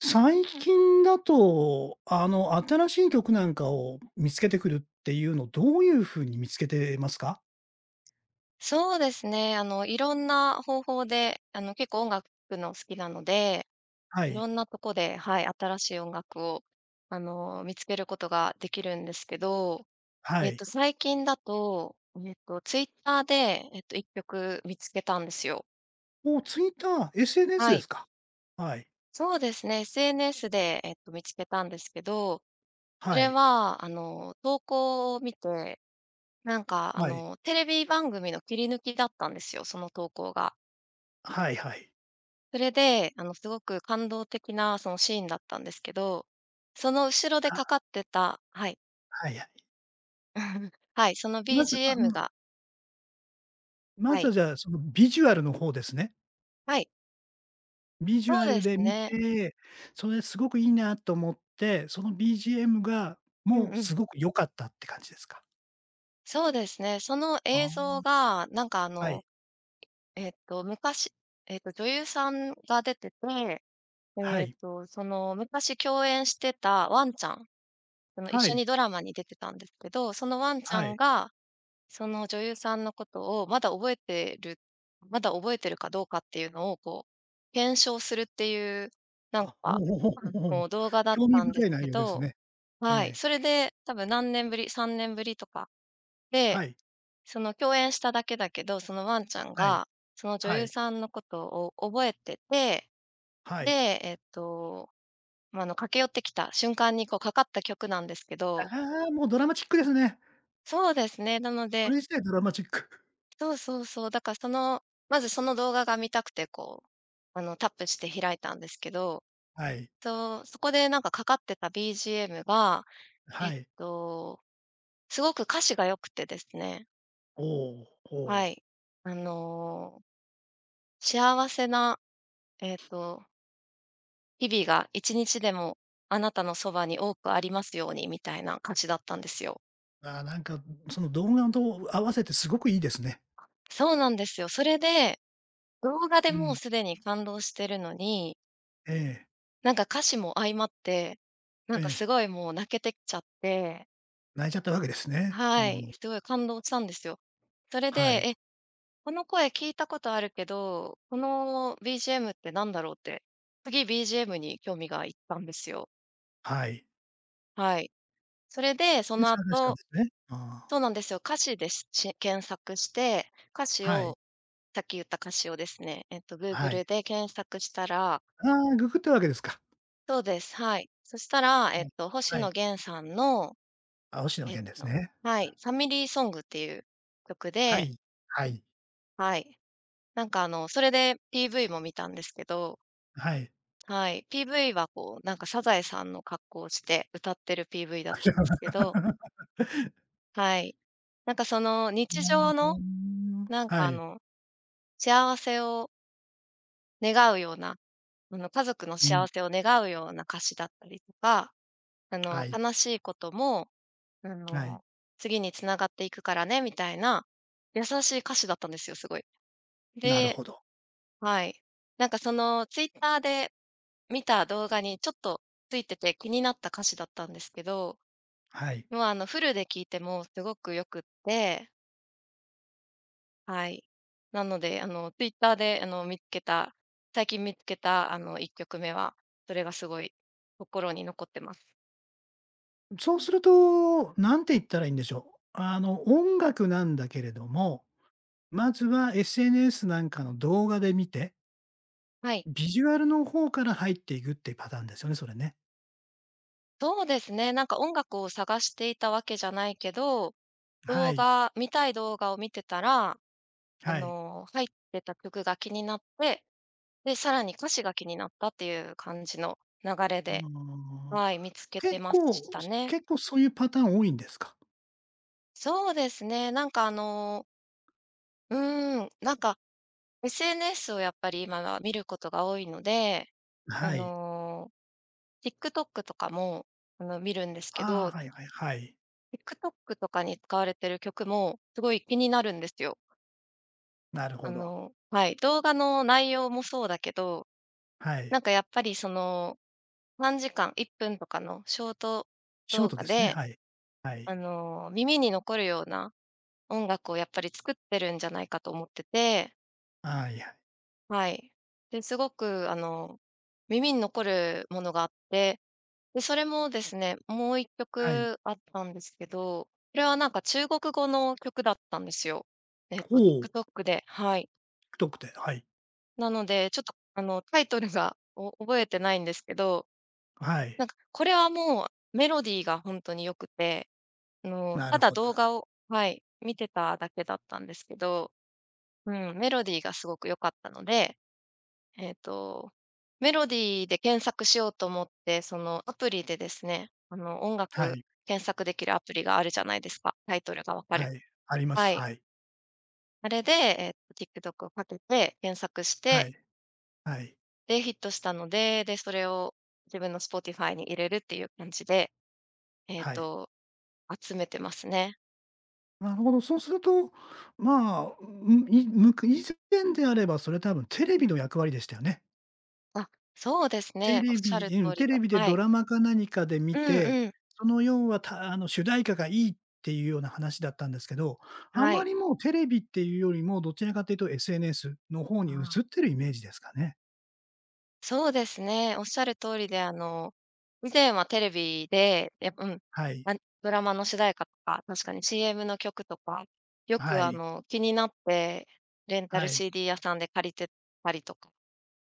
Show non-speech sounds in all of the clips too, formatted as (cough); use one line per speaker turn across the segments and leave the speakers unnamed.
最近だと、新しい曲なんかを見つけてくるっていうの、どういう風に見つけてますか？
そうですね。いろんな方法で、結構音楽の好きなので、
は
いろ
い。
んなとこで、はい、新しい音楽を、見つけることができるんですけど、
はい。
最近だと、Twitter で、1曲見つけたんですよ。
お、Twitter、SNS
は
で
い。
すか？はい。
そうですね。SNS で、見つけたんですけど、そ
は
れ
い。
は、投稿を見て、なんか、
はい。
テレビ番組の切り抜きだったんですよ、その投稿が。
はいはい。
それで、すごく感動的なそのシーンだったんですけど、その後ろでかか
あ、
ってた、はい。
はいはい。
(laughs) はい、その
まずはう
BGM
ん。
が、
ま
は
ず
い、
はじゃあ、そのビジュアルの方ですね。
はい、
ビジュ
そ
ア
うで
ル
す
で見
ね。
て、それすごくいいなと思って、その BGM が
うん
もう
うん。
すごく良かったって感じですか？
そうですね。その
あ
映
あ、
像が、なんか
はい。
昔女優さんが出てて、
はい。
その昔共演してたワンちゃん、その
は
一緒に
い。
ドラマに出てたんですけど、そのワンちゃ
は
ん
い。
がその女優さんのことをまだ覚えてる、かどうかっていうのを、こう、検証するっていう、なん
あ、おお
か、
お
あ
おおお。
動画だっ
興味
たんで
深
す
い内
け
容です
ど、
ね。
はい、
ええ。
それで多分何年ぶり、3年ぶりとかで、
はい、
その共演しただけだけど、そのワンちゃん
はい、
が、その女
は
優
い、
さんのことを覚えてて、
はい。
で、えっと、まあ、駆け寄ってきた瞬間にこうかかった曲なんですけど、
ああ、もうドラマチックですね。
そうですね、なの
そ
で、
れ自体ドラマチック。(laughs)
そうそうそう。だからその、まずその動画が見たくて、こう、タップして開いたんですけど、
はい、
と、そこでなんかかかってた BGM が、えっ
はい。
と、すごく歌詞が良くてですね。
おお、お
は
お。
い。あの、幸せな、えっと、日々が1日でもあなたのそばに多くありますようにみたいな歌詞だったんですよ。
ああ、なんか、その動画と合わせてすごくいいですね。
そうなんですよ。それで、動画で
う
もう
ん。
すでに感動してるのに、
ええ、
なんか歌詞も相まって、なん
え
かす
え。
ごいもう泣けてきちゃって、
泣いちゃったわけですね。う
はい、
ん。
すごい感動したんですよ。それで、
はい、
え、この声聞いたことあるけど、この BGM ってなんだろうって、次 BGM に興味がいったんですよ。
はい。
はい。それで、そ
で、
の
探したんで
後、
すね。あ
そうなんですよ、歌詞でし検索して、歌詞
あ、はい、
を、さっき言った歌詞をですね、えっと
は
Google
い。
で検索したら、
ああ、ググったわけですか。
そうです、はい。そしたら、
はい、
星
は
野
い。
源さんの、
あ、星野
えっ
源です
と、
ね。
はい、ファミリーソングっていう曲
は
で、
い、はい、
はい。なんかそれで PV も見たんですけど、
はい。
はい、PV はこう、なんかサザエさんの格好をして歌ってる PV だったんですけど、
(laughs)
はい。なんかその
う
日常
ー
の、
ん
なんか
はい。
幸せを願うような、家族の
う
幸
ん。
せを願うような歌詞だったりとか、
はい。
悲しいことも、あ
はい。
の、次に繋がっていくからねみたいな、優しい歌詞だったんですよ、すごい。
なる
で、
ほど。
はい。なんかそのツイッターで見た動画にちょっとついてて気になった歌詞だったんですけど、
はい。
もうあのフルで聴いてもすごく良くって、はい。なので、あのツイッターであの見つけた最近見つけたあの1曲目は、それがすごい心に残ってます。
そうすると、なんて言ったらいいんでしょう。音楽なんだけれども、まずは SNS なんかの動画で見て、
はい。
ビジュアルの方から入っていくっていうパターンですよね、それね。
そうですね、なんか音楽を探していたわけじゃないけど、
はい。
動画を見てたら、
はい。
入ってた曲が気になって、で、さらに歌詞が気になったっていう感じの流れ
あ
で、
あ。
はい、見つけて
結
まし
構
たね。
結構そういうパターン多いんですか？
そうですね、なんかなんか SNS をやっぱり今は見ることが多いので、あ
はい。
の、TikTok とかも、見るんですけど、
ああ、はいはいはい。
TikTok とかに使われてる曲もすごい気になるんですよ。
なるほど。
はい、動画の内容もそうだけど、
は
なん
い。
かやっぱりその短時間、1分とかのショート
ショー
動
ト
画
ですね、
で、
はい。はい。
耳に残るような音楽をやっぱり作ってるんじゃないかと思ってて、
はいはい。
はい。で、すごく耳に残るものがあって、で、それもですね、もう一
はいはい
曲あったんですけど、それはなんか中国語の曲だったんですよ。えっと
おお、
TikTok で、はい。
太くて、はい。
なので、ちょっとタイトルがお覚えてないんですけど、
はい。
なんかこれはもうメロディーがほんとに良くて、
な
た
る
だ
ほど。
動画をはい、見てただけだったんですけど、うん、メロディーがすごく良かったので、えっと、メロディーで検索しようと思って、そのアプリでですね、音
は
楽
い。
検索できるアプリがあるじゃないですか。タイトルがわか
は
る。
い。ありま
は
す。
い。
はい。
あれで、TikTok をかけて検索し
は
て、
い。はい。
で、ヒットしたので、で、それを自分の Spotify に入れるっていう感じで、えっ
はい。
と、集めてますね。
なるほど。そうすると、まあ、むいむく以前であれば、それ多分テレビの役割でしたよね。
あ、そうです
テ
ね。おっ
レ
しゃ
ビ
る
う
通
ん、
りで。
テレビで
は
ド
い。
ラマか何かで見
うん
て、
うん。
その要は、たあの、主題歌がいいっていうような話だったんですけど、あ
は
ま
い。
りもうテレビっていうよりも、どちらかというと SNS の方に
あ
移っ
あ。
てるイメージですかね？
そうですね。おっしゃる通りで、以前はテレビで、やっぱうん、
はい。
あ、ドラマの主題歌とか、確かに CM の曲とか、よく、
はい。
気になって、レンタル
はい。
CD 屋さんで借りてたりとかし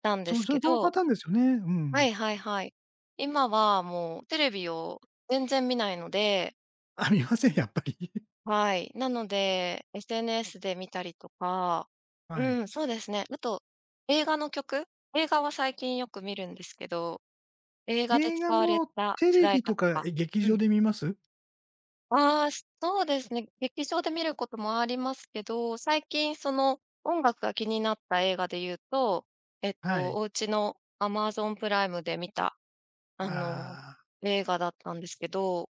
たんで
そう、
す
そ
け
れ (laughs) そのパ
ど、
ターンですよね。う
は
ん。
いはいはい。今はもうテレビを全然見ないので、
(laughs) あ、見ません、やっぱり。(laughs)
はい。なので、SNS で見たりとか、
は
う
い。
ん、そうですね。あと映画の曲映画は最近よく見るんですけど、映画で
映
使
画
われ
も
た
テ
主
レ
題
ビ
歌
と
と
か、
か。
劇
う
場
ん。
で見ます？
ああ、そうですね。劇場で見ることもありますけど、最近その音楽が気になった映画で言うと、
はい。
お家の Amazon プライムで見た、あの、
ああ、
映画だったんですけど、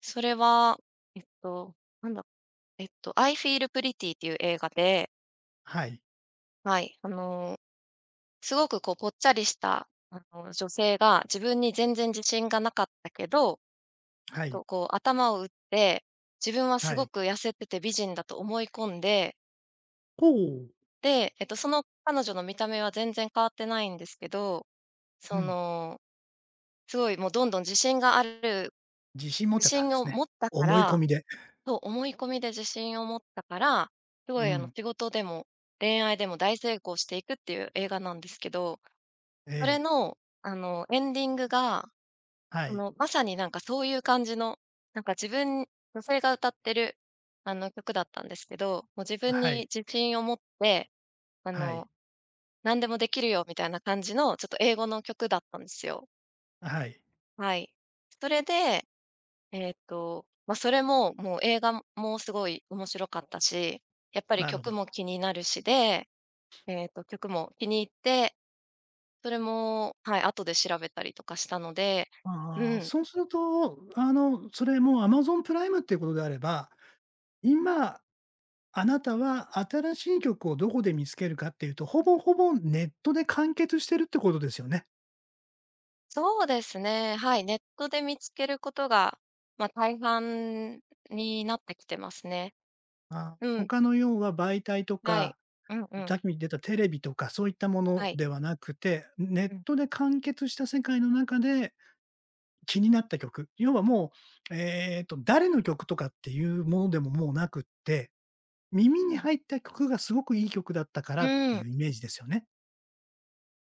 それは、えっと、なんだ、I Feel Pretty っていう映画で、
はい。
はい、すごくこうぽっちゃりした、女性が自分に全然自信がなかったけど、あ
は
と
い。
こう頭を打って、自分は
は
すご
い。
く痩せてて美人だと思い込んで、
ほう。
で、その彼女の見た目は全然変わってないんですけど、
う
そ
ん。
の、すごいもうどんどん自信がある、
自信持っち
自
ゃったんで
信を
すね。
持ったか
思い込
ら、
みで。
そう思い込みで自信を持ったから、すご
う
いあの
ん。
仕事でも恋愛でも大成功していくっていう映画なんですけど、
え
それ
え。
のあのエンディングが、
はい。
まさになんかそういう感じの、なんか自分女性が歌ってる、曲だったんですけど、もう自分
は
に
い。
自信を持って、あ
は
の、
い。
何でもできるよみたいな感じの、ちょっと英語の曲だったんですよ。
はい。
はい。それで、まあ、それも、もう映画もすごい面白かったし、やっぱり
なる
曲
ほ
も
ど。
気になるしで、曲も気に入って、それも、はい、後で調べたりとかしたので、
あ
う
あ、
ん。
そうすると、それもう Amazon プライムっていうことであれば、今あなたは新しい曲をどこで見つけるかっていうと、ほぼほぼネットで完結してるってことですよね。
そうですね、はい、ネットで見つけることが、まあ、大半になってきてますね。
あ、
うん、
他の要は媒体と
はい。
か、
うんうん、
さっき出たテレビとかそういったも
は
の
い。
ではなくて、ネッ
うん。
トで完結した世界の中で気になった曲、要はもう、誰の曲とかっていうものでももうなくって、耳に入った曲がすごくいい曲だったか
う
らって
ん、
いうイメージですよね。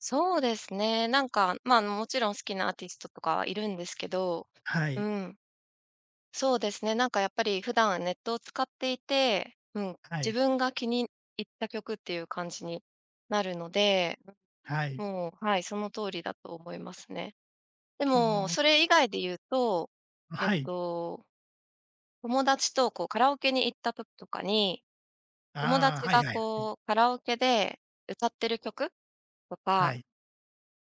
そうですね、もちろん好きなアーティストとかいるんですけど、
は
う
い、
ん、そうですね、なんかやっぱり普段ネットを使っていて、うん、
はい、
自分が気に入った曲っていう感じになるので、
はい。
はい、その通りだと思いますね。で
うー
も、
ん、
それ以外で言うと、えっ
はい。
と友達とこうカラオケに行った時とかに、友
あ
達
あ、はい
が
はいはい。
こうカラオケで歌ってる曲とか、
はい。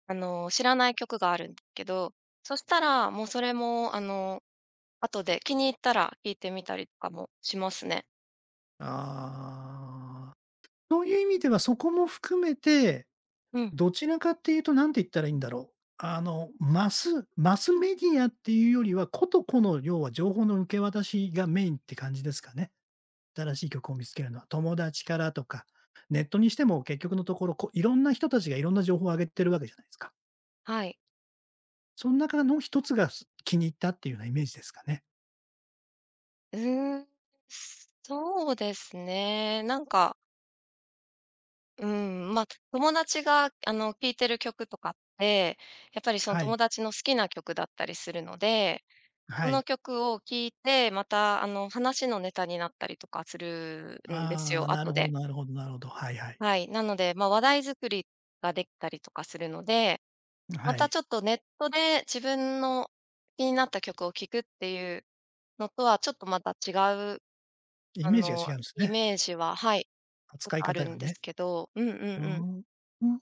あの、知らない曲があるんですけど、そしたらもうそれも、あの、後で気に入ったら聴いてみたりとかもしますね。
ああ、そういう意味ではそこも含めて、
うん、
どちらかっていうとなんて言ったらいいんだろう。マスメディアっていうよりは、この要は情報の受け渡しがメインって感じですかね。新しい曲を見つけるのは。友達からとか、ネットにしても結局のところ、こういろんな人たちがいろんな情報を上げてるわけじゃないですか。
はい。
その中の一つが気に入ったっていうようなイメージですかね。
うーん、そうですね。うん、まあ、友達があの、聴いてる曲とかって、やっぱりその
は
友
い。
達の好きな曲だったりするので、そ
は
の
い。
曲を聴いて、また、あの、話のネタになったりとかするんです
ああ、
よ、
な
後
るほど
で。
なるほどなるほど。はいはい。
はい。なので、まあ、話題作りができたりとかするので、ま
は
た
い。
ちょっとネットで自分の気になった曲を聴くっていうのとは、ちょっとまた違う、
イ
あ
メージが
の、
違うんです
イ
ね。
メージは、はい、ちょっ
扱い
とあ
方
るん
が
です
ね。
けど、うんうん
ああ、
うん。
うん、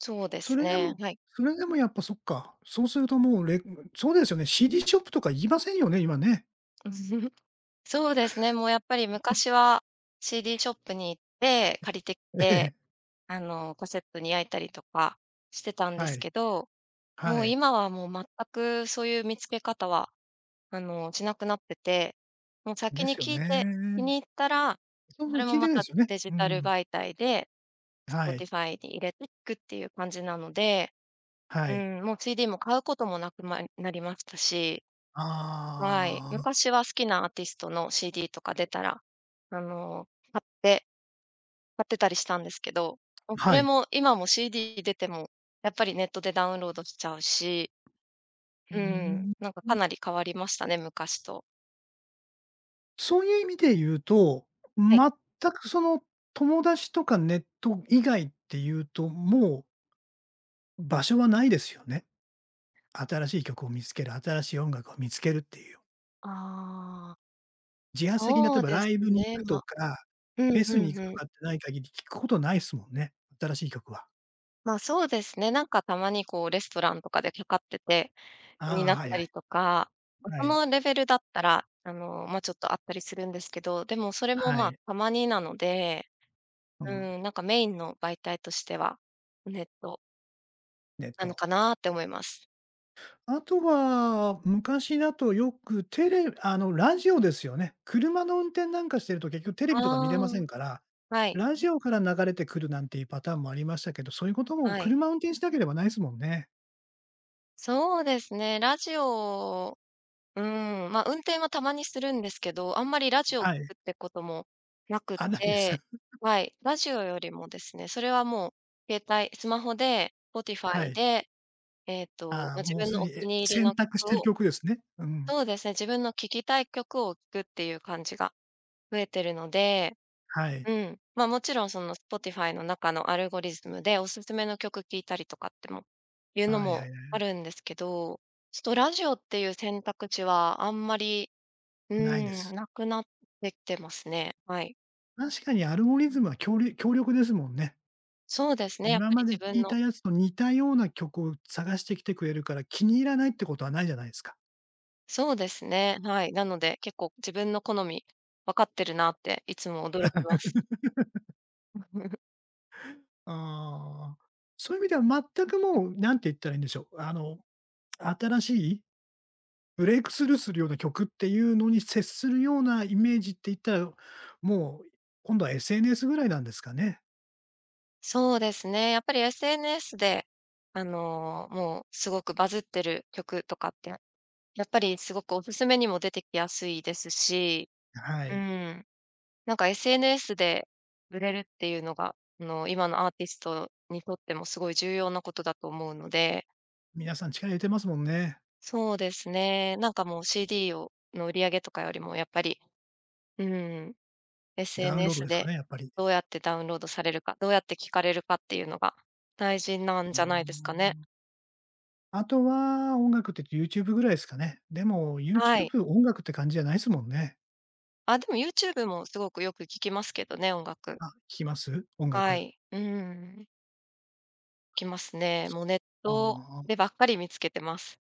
そうで
そ
す
れで
ね、
も
はい。
やっぱそっか。そうするともうそうですよね、CD ショップとか言いませんよね、今ね。
(laughs) そうですね、もうやっぱり昔は CD ショップに行って借りてき
(laughs)
て、
ええ。
あの、カセットに焼いたりとかしてたんで
は
す
い。
けど、も
は
う
い。
今はもう全くそういう見つけ方は、あの、しなくなってて、もう先
で
に
すよ
聞いて気
ね。
に入ったら、
そうそ
そ
う、
れ
聞
も
いて
ま
ないで
た
すよね。
デジ
う
タル
ん。
媒体で
はい。
Spotify に入れていくっていう感じなので、
は
う
い。
ん、もう CD も買うこともなくまなりましたし、はい。
ああ。
昔は好きなアーティストの CD とか出たら、あの、買って買ってたりしたんですけど、もうそ
は
れ
い。
も今も CD 出ても、やっぱりネットでダウンロードしちゃうし、
うー
うん、
ん。
なんかかなり変わりましたね、昔と。
そういう意味で言うと、
はい。
全くその友達とかネット以外っていうと、もう場所はないですよね。新しい曲を見つける、新しい音楽を見つけるっていう。
ああ。
自発的に例
そ
え
う
ば
で
ラ
す
イブに行
ね、
くと
ま
か、
う
フ
ん
ェス
う
に行
ん
く
う
と
ん。
かってない限り聞くことないですもんね、新しい曲は。
ま、そうですね、なんかたまにこうレストランとかでかかってて、気にな
あ
っ
あ、はい
た
は
り
い。
とか、ま、
は
そ
い。
のレベルだったら、あの、ま、ちょっとあったりするんですけど、でもそれも、
は
ま、
い。
たまになので、
うん。
うん、なんかメインの媒体としては、ネット
ネッ
なの
ト。
かなって思います。
あとは、昔だとよくテレあの、ラジオですよね。車の運転なんかしてると結局テレ
あ
ビとか見れま
あ、
せんから、
はい、
ラジオから流れてくるなんていうパターンもありましたけど、そういうことも
はい。
車運転しなければないですもんね。
そうですね、ラジオ、うーん、ま、運転はたまにするんですけど、あんまりラジオを聞
はい。
くってこともなく
あ、ないです。
て、はい、ラジオよりもですね、それはもう携帯スマホで
(laughs) は
Spotify
い。
で、
ああ、
ま、自
もう
分
す
の
で
お
に、
気に入りの
選択して
曲
る
を、
曲ですね。うん。
そうですね、自分の聴きたい曲を聴くっていう感じが増えてるので、
はい。
うん。ま、もちろんその Spotify の中のアルゴリズムでおすすめの曲聴いたりとかってもいうの
はいは
も
いはい。
あるんですけど、ちょっとラジオっていう選択肢はあんまり、う
ないで
ーん、
す。
なくなってきてますね。はい。
確かにアルゴリズムは強力ですもんね。
そうですね、やっ
今
ぱり
まで
自
聴
分
い
の、
たやつと似たような曲を探してきてくれるから、気に入らないってことはないじゃないですか。
そうですね、はい。なので、結構自分の好み分かってるなっていつも驚きます。(laughs)
ああ。そういう意味では全くもう、何て言ったらいいんでしょう、新しいブレイクスルーするような曲っていうのに接するようなイメージって言ったら、もう今度は SNS ぐらいなんですかね？
そうですね、やっぱり SNS で、あの、もうすごくバズってる曲とかってやっぱりすごくおすすめにも出てきやすいですし、
は
う
い。
ん、なんか SNS で売れるっていうのが、あの、今のアーティストにとってもすごい重要なことだと思うので、
皆さん力入れてますもんね。
そうですね、なんかもう CD をの売り上げとかよりもやっぱり、うん、
ダウンロード
SNS
ですか
で
ね、やっぱり。
どうやってダウンロードされるか、どうやって聞かれるかっていうのが大事なん
うー
じゃないですかね。
ん。あとは、音楽って言うと YouTube ぐらいですかね。でも
はい。
YouTube 音楽って感じじゃないですもんね。
あ、でも YouTube もすごくよく聞きますけどね、音楽。
あ、聞きます？音
は
楽。
い。うーん。きますね。もうネットでばっかり見つけてます。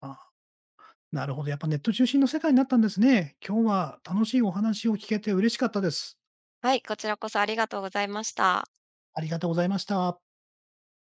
あ、ああ、なるほど、やっぱネット中心の世界になったんですね。今日は楽しいお話を聞けて嬉しかったです。
はい、こちらこそありがとうございました。
ありがとうございました。